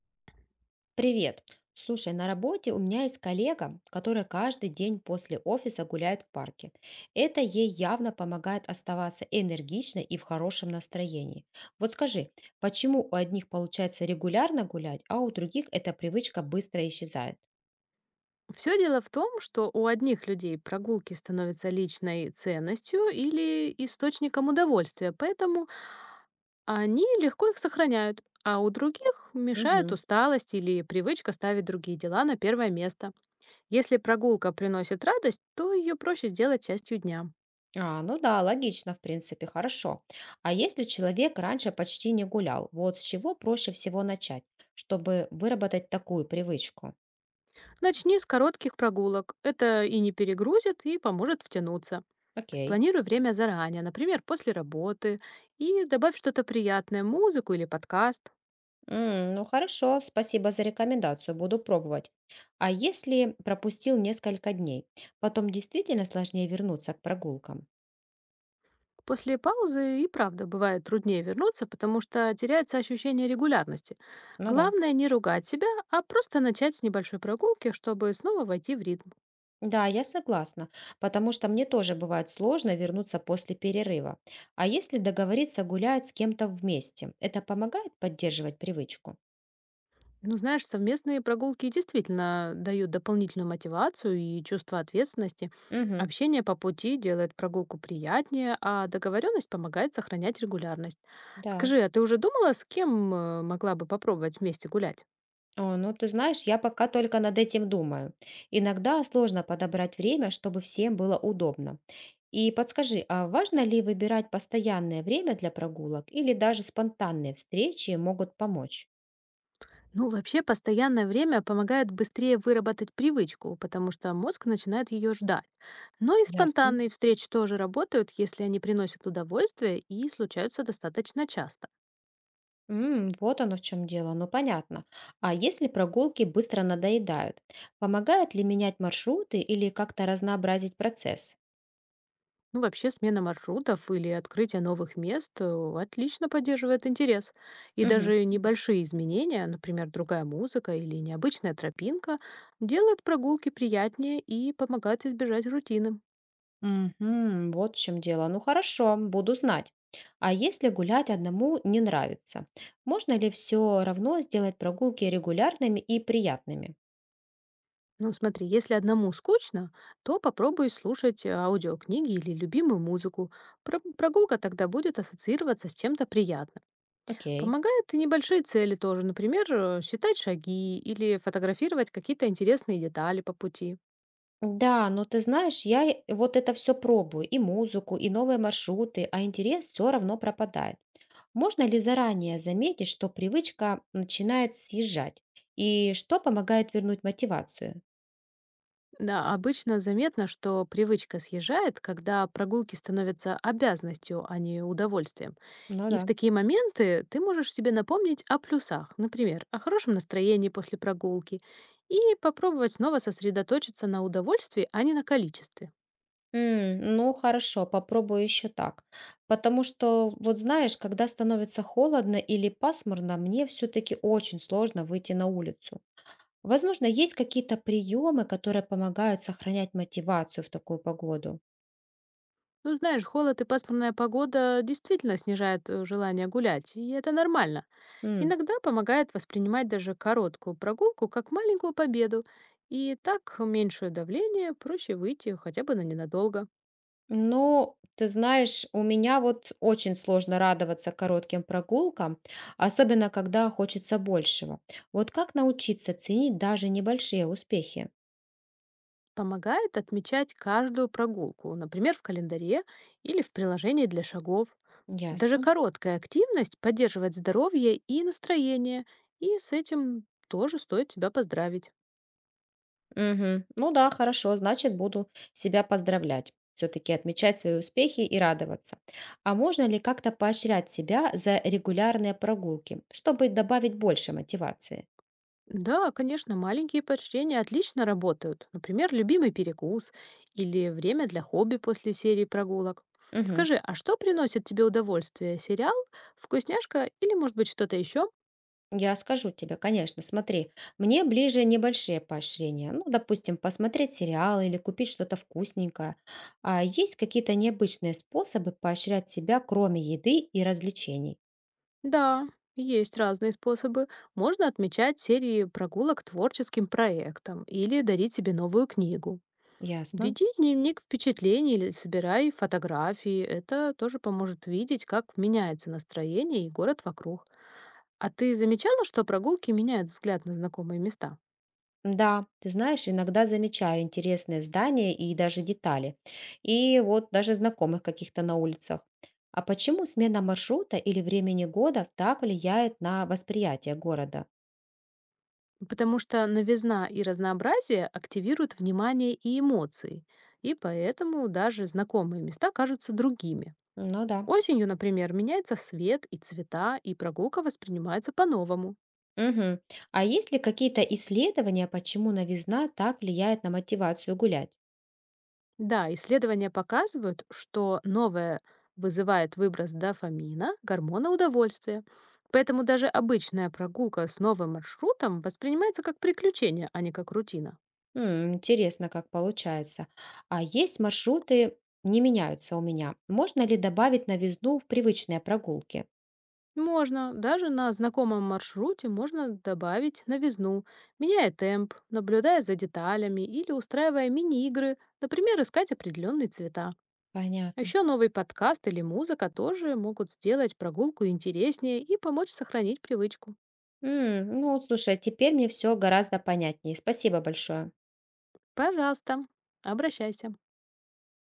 Привет. Слушай, на работе у меня есть коллега, которая каждый день после офиса гуляет в парке. Это ей явно помогает оставаться энергичной и в хорошем настроении. Вот скажи, почему у одних получается регулярно гулять, а у других эта привычка быстро исчезает? Все дело в том, что у одних людей прогулки становятся личной ценностью или источником удовольствия, поэтому они легко их сохраняют, а у других мешает Мгм. усталость или привычка ставить другие дела на первое место. Если прогулка приносит радость, то ее проще сделать частью дня. А, ну да, логично, в принципе, хорошо. А если человек раньше почти не гулял, вот с чего проще всего начать, чтобы выработать такую привычку? Начни с коротких прогулок. Это и не перегрузит, и поможет втянуться. Окей. Планируй время заранее, например, после работы, и добавь что-то приятное, музыку или подкаст. Ну хорошо, спасибо за рекомендацию, буду пробовать. А если пропустил несколько дней, потом действительно сложнее вернуться к прогулкам? После паузы и правда бывает труднее вернуться, потому что теряется ощущение регулярности. Ну да. Главное не ругать себя, а просто начать с небольшой прогулки, чтобы снова войти в ритм. Да, я согласна, потому что мне тоже бывает сложно вернуться после перерыва. А если договориться гулять с кем-то вместе, это помогает поддерживать привычку? Ну, знаешь, совместные прогулки действительно дают дополнительную мотивацию и чувство ответственности. Угу, Общение по пути делает прогулку приятнее, а договоренность помогает сохранять регулярность. да. Скажи, а ты уже думала, с кем могла бы попробовать вместе гулять? О, ну ты знаешь, я пока только над этим думаю. Иногда сложно подобрать время, чтобы всем было удобно. И подскажи, а важно ли выбирать постоянное время для прогулок или даже спонтанные встречи могут помочь? Ну, вообще, постоянное время помогает быстрее выработать привычку, потому что мозг начинает ее ждать. Но и Ясно. спонтанные встречи тоже работают, если они приносят удовольствие и случаются достаточно часто. Вот оно в чем дело, ну понятно. А если прогулки быстро надоедают, помогает ли менять маршруты или как-то разнообразить процесс? Ну, вообще, смена маршрутов или открытие новых мест отлично поддерживает интерес. И даже небольшие изменения, например, другая музыка или необычная тропинка, делают прогулки приятнее и помогают избежать рутины. Мгм. Вот в чем дело. Ну хорошо, буду знать. А если гулять одному не нравится, можно ли все равно сделать прогулки регулярными и приятными? Ну, смотри, если одному скучно, то попробуй слушать аудиокниги или любимую музыку. Прогулка тогда будет ассоциироваться с чем-то приятным. Окей. Помогают и небольшие цели тоже, например, считать шаги или фотографировать какие-то интересные детали по пути. Да, но ты знаешь, вот это все пробую, и музыку, и новые маршруты, а интерес все равно пропадает. Можно ли заранее заметить, что привычка начинает съезжать? И что помогает вернуть мотивацию? Да, обычно заметно, что привычка съезжает, когда прогулки становятся обязанностью, а не удовольствием. Ну И в да. такие моменты ты можешь себе напомнить о плюсах, например, о хорошем настроении после прогулки, и попробовать снова сосредоточиться на удовольствии, а не на количестве. Ну хорошо, попробую еще так. Потому что, вот знаешь, когда становится холодно или пасмурно, мне все-таки очень сложно выйти на улицу. Возможно, есть какие-то приемы, которые помогают сохранять мотивацию в такую погоду. Ну, знаешь, холод и пасмурная погода действительно снижают желание гулять, и это нормально. М, Иногда помогает воспринимать даже короткую прогулку как маленькую победу, и так меньшее давление, проще выйти хотя бы на ненадолго. Ну, ты знаешь, у меня вот очень сложно радоваться коротким прогулкам, особенно когда хочется большего. Вот как научиться ценить даже небольшие успехи? Помогает отмечать каждую прогулку, например, в календаре или в приложении для шагов. Даже Ясно. короткая активность поддерживает здоровье и настроение, и с этим тоже стоит тебя поздравить. Мгм. Ну да, хорошо, значит, буду себя поздравлять. Все-таки отмечать свои успехи и радоваться. А можно ли как-то поощрять себя за регулярные прогулки, чтобы добавить больше мотивации? Да, конечно, маленькие поощрения отлично работают. Например, любимый перекус или время для хобби после серии прогулок. Мгм. Скажи, а что приносит тебе удовольствие? Сериал, вкусняшка или, может быть, что-то еще? Я скажу тебе, конечно, смотри, мне ближе небольшие поощрения. Ну, допустим, посмотреть сериал или купить что-то вкусненькое. А есть какие-то необычные способы поощрять себя, кроме еды и развлечений? Да, есть разные способы. Можно отмечать серии прогулок творческим проектом или дарить себе новую книгу. Ясно. Веди дневник впечатлений или собирай фотографии. Это тоже поможет видеть, как меняется настроение и город вокруг. А ты замечала, что прогулки меняют взгляд на знакомые места? Да, ты знаешь, иногда замечаю интересные здания и даже детали. И вот даже знакомых каких-то на улицах. А почему смена маршрута или времени года так влияет на восприятие города? Потому что новизна и разнообразие активируют внимание и эмоции, и поэтому даже знакомые места кажутся другими. Ну да. Осенью, например, меняется свет и цвета, и прогулка воспринимается по-новому. Мгм. А есть ли какие-то исследования, почему новизна так влияет на мотивацию гулять? Да, исследования показывают, что новое вызывает выброс дофамина, гормона удовольствия. Поэтому даже обычная прогулка с новым маршрутом воспринимается как приключение, а не как рутина. Интересно, как получается. А есть маршруты, не меняются у меня. Можно ли добавить новизну в привычные прогулки? Можно, даже на знакомом маршруте можно добавить новизну, меняя темп, наблюдая за деталями или устраивая мини-игры, например, искать определенные цвета. А Понятно. еще новый подкаст или музыка тоже могут сделать прогулку интереснее и помочь сохранить привычку. Ну, вот слушай, а теперь мне все гораздо понятнее. Спасибо большое. Пожалуйста, обращайся.